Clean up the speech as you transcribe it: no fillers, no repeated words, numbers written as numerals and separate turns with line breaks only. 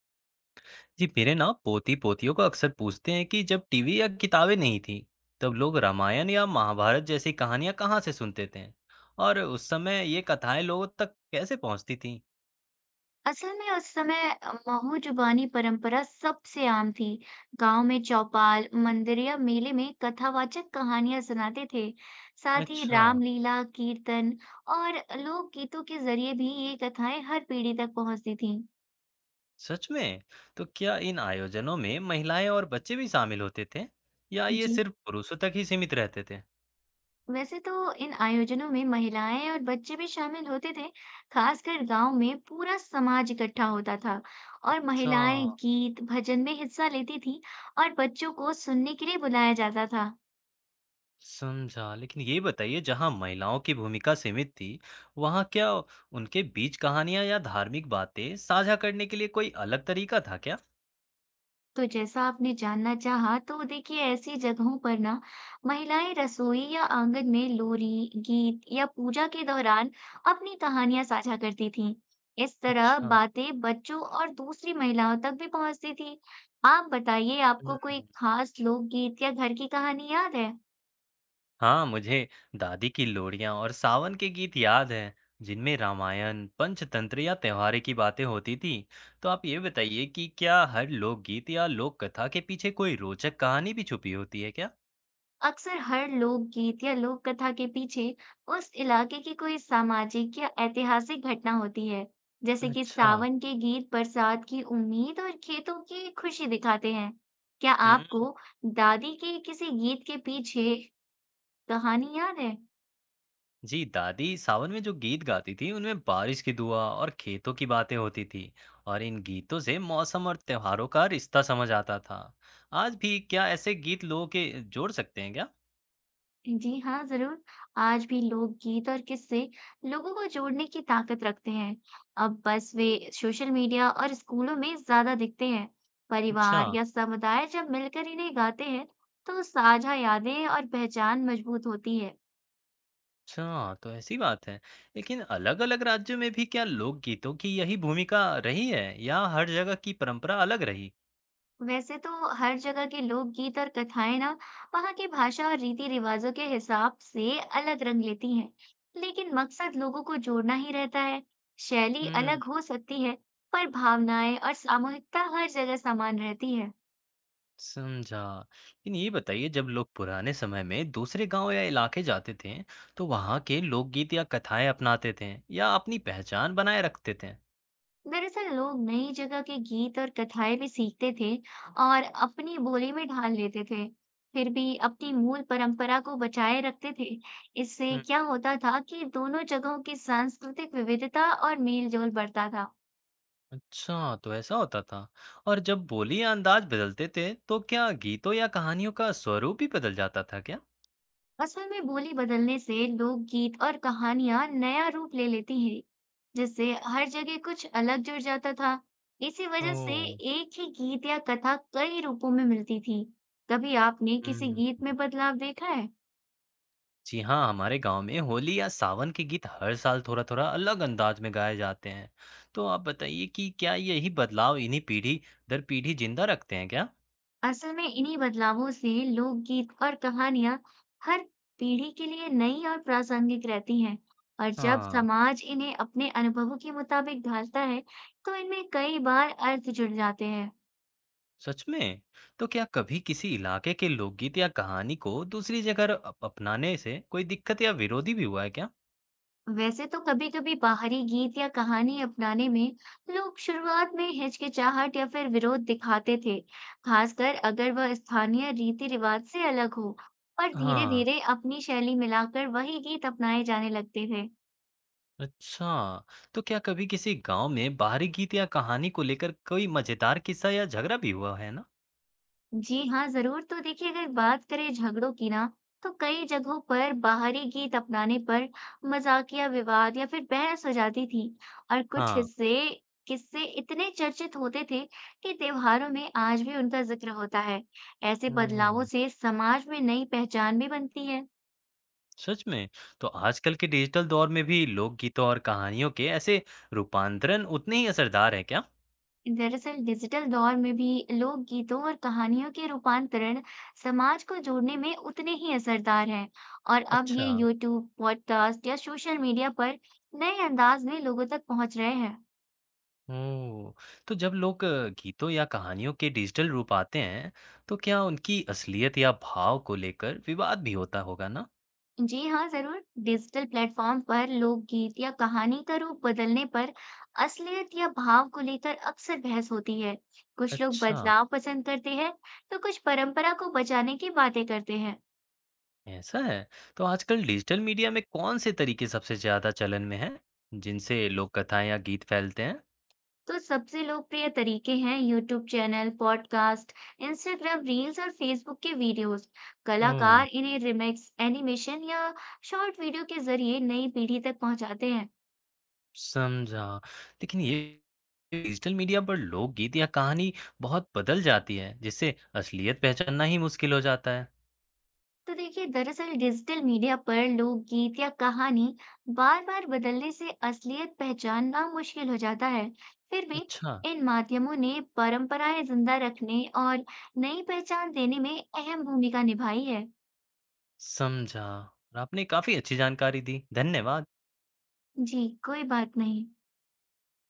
जी मेरे ना पोती पोतियों को अक्सर पूछते हैं कि जब टीवी या किताबें नहीं थी, तब लोग रामायण या महाभारत जैसी कहानियां कहाँ से सुनते थे और उस समय ये कथाएं लोगों तक कैसे पहुंचती थी।
असल में उस समय अ, महू जुबानी परंपरा सबसे आम थी। गांव में चौपाल, मंदिर या मेले में कथावाचक कहानियां सुनाते थे। साथ ही
अच्छा।
रामलीला, कीर्तन और लोकगीतों के जरिए भी ये कथाएं हर पीढ़ी तक पहुंचती थीं।
सच में? तो क्या इन आयोजनों में महिलाएं और बच्चे भी शामिल होते थे या ये
जी,
सिर्फ पुरुषों तक ही सीमित रहते थे?
वैसे तो इन आयोजनों में महिलाएं और बच्चे भी शामिल होते थे। खासकर गांव में पूरा समाज इकट्ठा होता था और
अच्छा।
महिलाएं गीत, भजन में हिस्सा लेती थीं और बच्चों को सुनने के लिए बुलाया जाता था।
समझा। लेकिन ये बताइए, जहाँ महिलाओं की भूमिका सीमित थी, वहाँ क्या उनके बीच कहानियाँ या धार्मिक बातें साझा करने के लिए कोई अलग तरीका था क्या?
तो जैसा आपने जानना चाहा, तो देखिए ऐसी जगहों पर ना महिलाएं रसोई या आंगन में लोरी, गीत या पूजा के दौरान अपनी कहानियां साझा करती थीं। इस तरह
अच्छा।
बातें बच्चों और दूसरी महिलाओं तक भी पहुंचती थी। आप बताइए, आपको कोई
हुँ।
खास लोकगीत या घर की कहानी याद है?
हाँ, मुझे दादी की लोरियाँ और सावन के गीत याद हैं, जिनमें रामायण, पंचतंत्र या त्योहारे की बातें होती थी। तो आप ये बताइए कि क्या हर लोकगीत या लोक कथा के पीछे कोई रोचक कहानी भी छुपी होती है क्या?
अक्सर हर लोकगीत या लोक कथा के पीछे उस इलाके की कोई सामाजिक या ऐतिहासिक घटना होती है, जैसे कि
अच्छा।
सावन के गीत बरसात की उम्मीद और खेतों की खुशी दिखाते हैं। क्या
हुँ।
आपको दादी के किसी गीत के पीछे कहानी याद है?
जी दादी सावन में जो गीत गाती थी उनमें बारिश की दुआ और खेतों की बातें होती थी, और इन गीतों से मौसम और त्योहारों का रिश्ता समझ आता था। आज भी क्या ऐसे गीत लोगों के जोड़ सकते हैं क्या?
जी हाँ, ज़रूर। आज भी लोकगीत और किस्से लोगों को जोड़ने की ताकत रखते हैं। अब बस वे सोशल मीडिया और स्कूलों में ज़्यादा दिखते हैं।
अच्छा।
परिवार या समुदाय जब मिलकर इन्हें गाते हैं, तो साझा यादें और पहचान मजबूत होती है।
अच्छा, तो ऐसी बात है। लेकिन अलग अलग राज्यों में भी क्या लोकगीतों की यही भूमिका रही है या हर जगह की परंपरा अलग रही?
वैसे तो हर जगह के लोकगीत और कथाएं ना वहाँ की भाषा और रीति रिवाजों के हिसाब से अलग रंग लेती हैं, लेकिन मकसद लोगों को जोड़ना ही रहता है। शैली
हम्म।
अलग हो सकती है, पर भावनाएं और सामूहिकता हर जगह समान रहती है।
समझा। लेकिन ये बताइए, जब लोग पुराने समय में दूसरे गाँव या इलाके जाते थे, तो वहाँ के लोकगीत या कथाएँ अपनाते थे या अपनी पहचान बनाए रखते थे?
दरअसल लोग नई जगह के गीत और कथाएं भी सीखते थे और अपनी बोली में ढाल लेते थे। फिर भी अपनी मूल परंपरा को बचाए रखते थे। इससे
हुँ।
क्या होता था कि दोनों जगहों की सांस्कृतिक विविधता और मेल जोल बढ़ता था।
अच्छा, तो ऐसा होता था। और जब बोली या अंदाज बदलते थे, तो क्या गीतों या कहानियों का स्वरूप ही बदल जाता था क्या?
असल में बोली बदलने से लोकगीत और कहानियां नया रूप ले लेती हैं, जिससे हर जगह कुछ अलग जुड़ जाता था। इसी वजह से
ओह!
एक ही गीत या कथा कई रूपों में मिलती थी। कभी आपने किसी
हुँ।
गीत में बदलाव देखा है?
जी हाँ, हमारे गाँव में होली या सावन के गीत हर साल थोड़ा-थोड़ा अलग अंदाज में गाए जाते हैं। तो आप बताइए कि क्या यही बदलाव इन्हीं पीढ़ी दर पीढ़ी जिंदा रखते हैं क्या?
असल में इन्हीं बदलावों से लोकगीत और कहानियां हर पीढ़ी के लिए नई और प्रासंगिक रहती हैं। और जब
हाँ,
समाज इन्हें अपने अनुभवों के मुताबिक ढालता है, तो इनमें कई बार अर्थ जुड़ जाते हैं।
सच में? तो क्या कभी किसी इलाके के लोकगीत या कहानी को दूसरी जगह अप अपनाने से कोई दिक्कत या विरोधी भी हुआ है क्या?
वैसे तो कभी कभी बाहरी गीत या कहानी अपनाने में लोग शुरुआत में हिचकिचाहट या फिर विरोध दिखाते थे, खासकर अगर वह स्थानीय रीति रिवाज से अलग हो। पर धीरे
हाँ,
धीरे अपनी शैली मिलाकर वही गीत अपनाए जाने लगते थे।
अच्छा। तो क्या कभी किसी गांव में बाहरी गीत या कहानी को लेकर कोई मजेदार किस्सा या झगड़ा भी हुआ है ना?
जी हाँ, जरूर। तो देखिए, अगर बात करें झगड़ों की ना, तो कई जगहों पर बाहरी गीत अपनाने पर मजाकिया विवाद या फिर बहस हो जाती थी। और कुछ
हाँ।
हिस्से किस्से इतने चर्चित होते थे कि त्योहारों में आज भी उनका जिक्र होता है। ऐसे बदलावों
हम्म,
से समाज में नई पहचान भी बनती है।
सच में? तो आजकल के डिजिटल दौर में भी लोकगीतों और कहानियों के ऐसे रूपांतरण उतने ही असरदार हैं क्या?
दरअसल डिजिटल दौर में भी लोक गीतों और कहानियों के रूपांतरण समाज को जोड़ने में उतने ही असरदार हैं। और अब ये
अच्छा।
यूट्यूब, पॉडकास्ट या सोशल मीडिया पर नए अंदाज में लोगों तक पहुंच रहे हैं।
ओह! तो जब लोग गीतों या कहानियों के डिजिटल रूप आते हैं, तो क्या उनकी असलियत या भाव को लेकर विवाद भी होता होगा ना?
जी हाँ, जरूर। डिजिटल प्लेटफॉर्म पर लोकगीत या कहानी का रूप बदलने पर असलियत या भाव को लेकर अक्सर बहस होती है। कुछ लोग
अच्छा,
बदलाव पसंद करते हैं, तो कुछ परंपरा को बचाने की बातें करते हैं।
ऐसा है। तो आजकल डिजिटल मीडिया में कौन से तरीके सबसे ज़्यादा चलन में हैं, जिनसे लोक कथाएँ या गीत फैलते हैं?
तो सबसे लोकप्रिय तरीके हैं YouTube channel, podcast, Instagram reels और फेसबुक के वीडियोस।
ओह!
कलाकार इन्हें रिमिक्स, एनिमेशन या शॉर्ट वीडियो के जरिए नई पीढ़ी तक पहुंचाते हैं।
समझा। लेकिन ये डिजिटल मीडिया पर लोकगीत या कहानी बहुत बदल जाती है, जिससे असलियत पहचानना ही मुश्किल हो जाता है।
तो देखिए, दरअसल डिजिटल मीडिया पर लोकगीत या कहानी बार-बार बदलने से असलियत पहचानना मुश्किल हो जाता है। फिर भी
अच्छा।
इन माध्यमों ने परंपराएं जिंदा रखने और नई पहचान देने में अहम भूमिका निभाई है।
समझा, और आपने काफ़ी अच्छी जानकारी दी। धन्यवाद।
जी, कोई बात नहीं।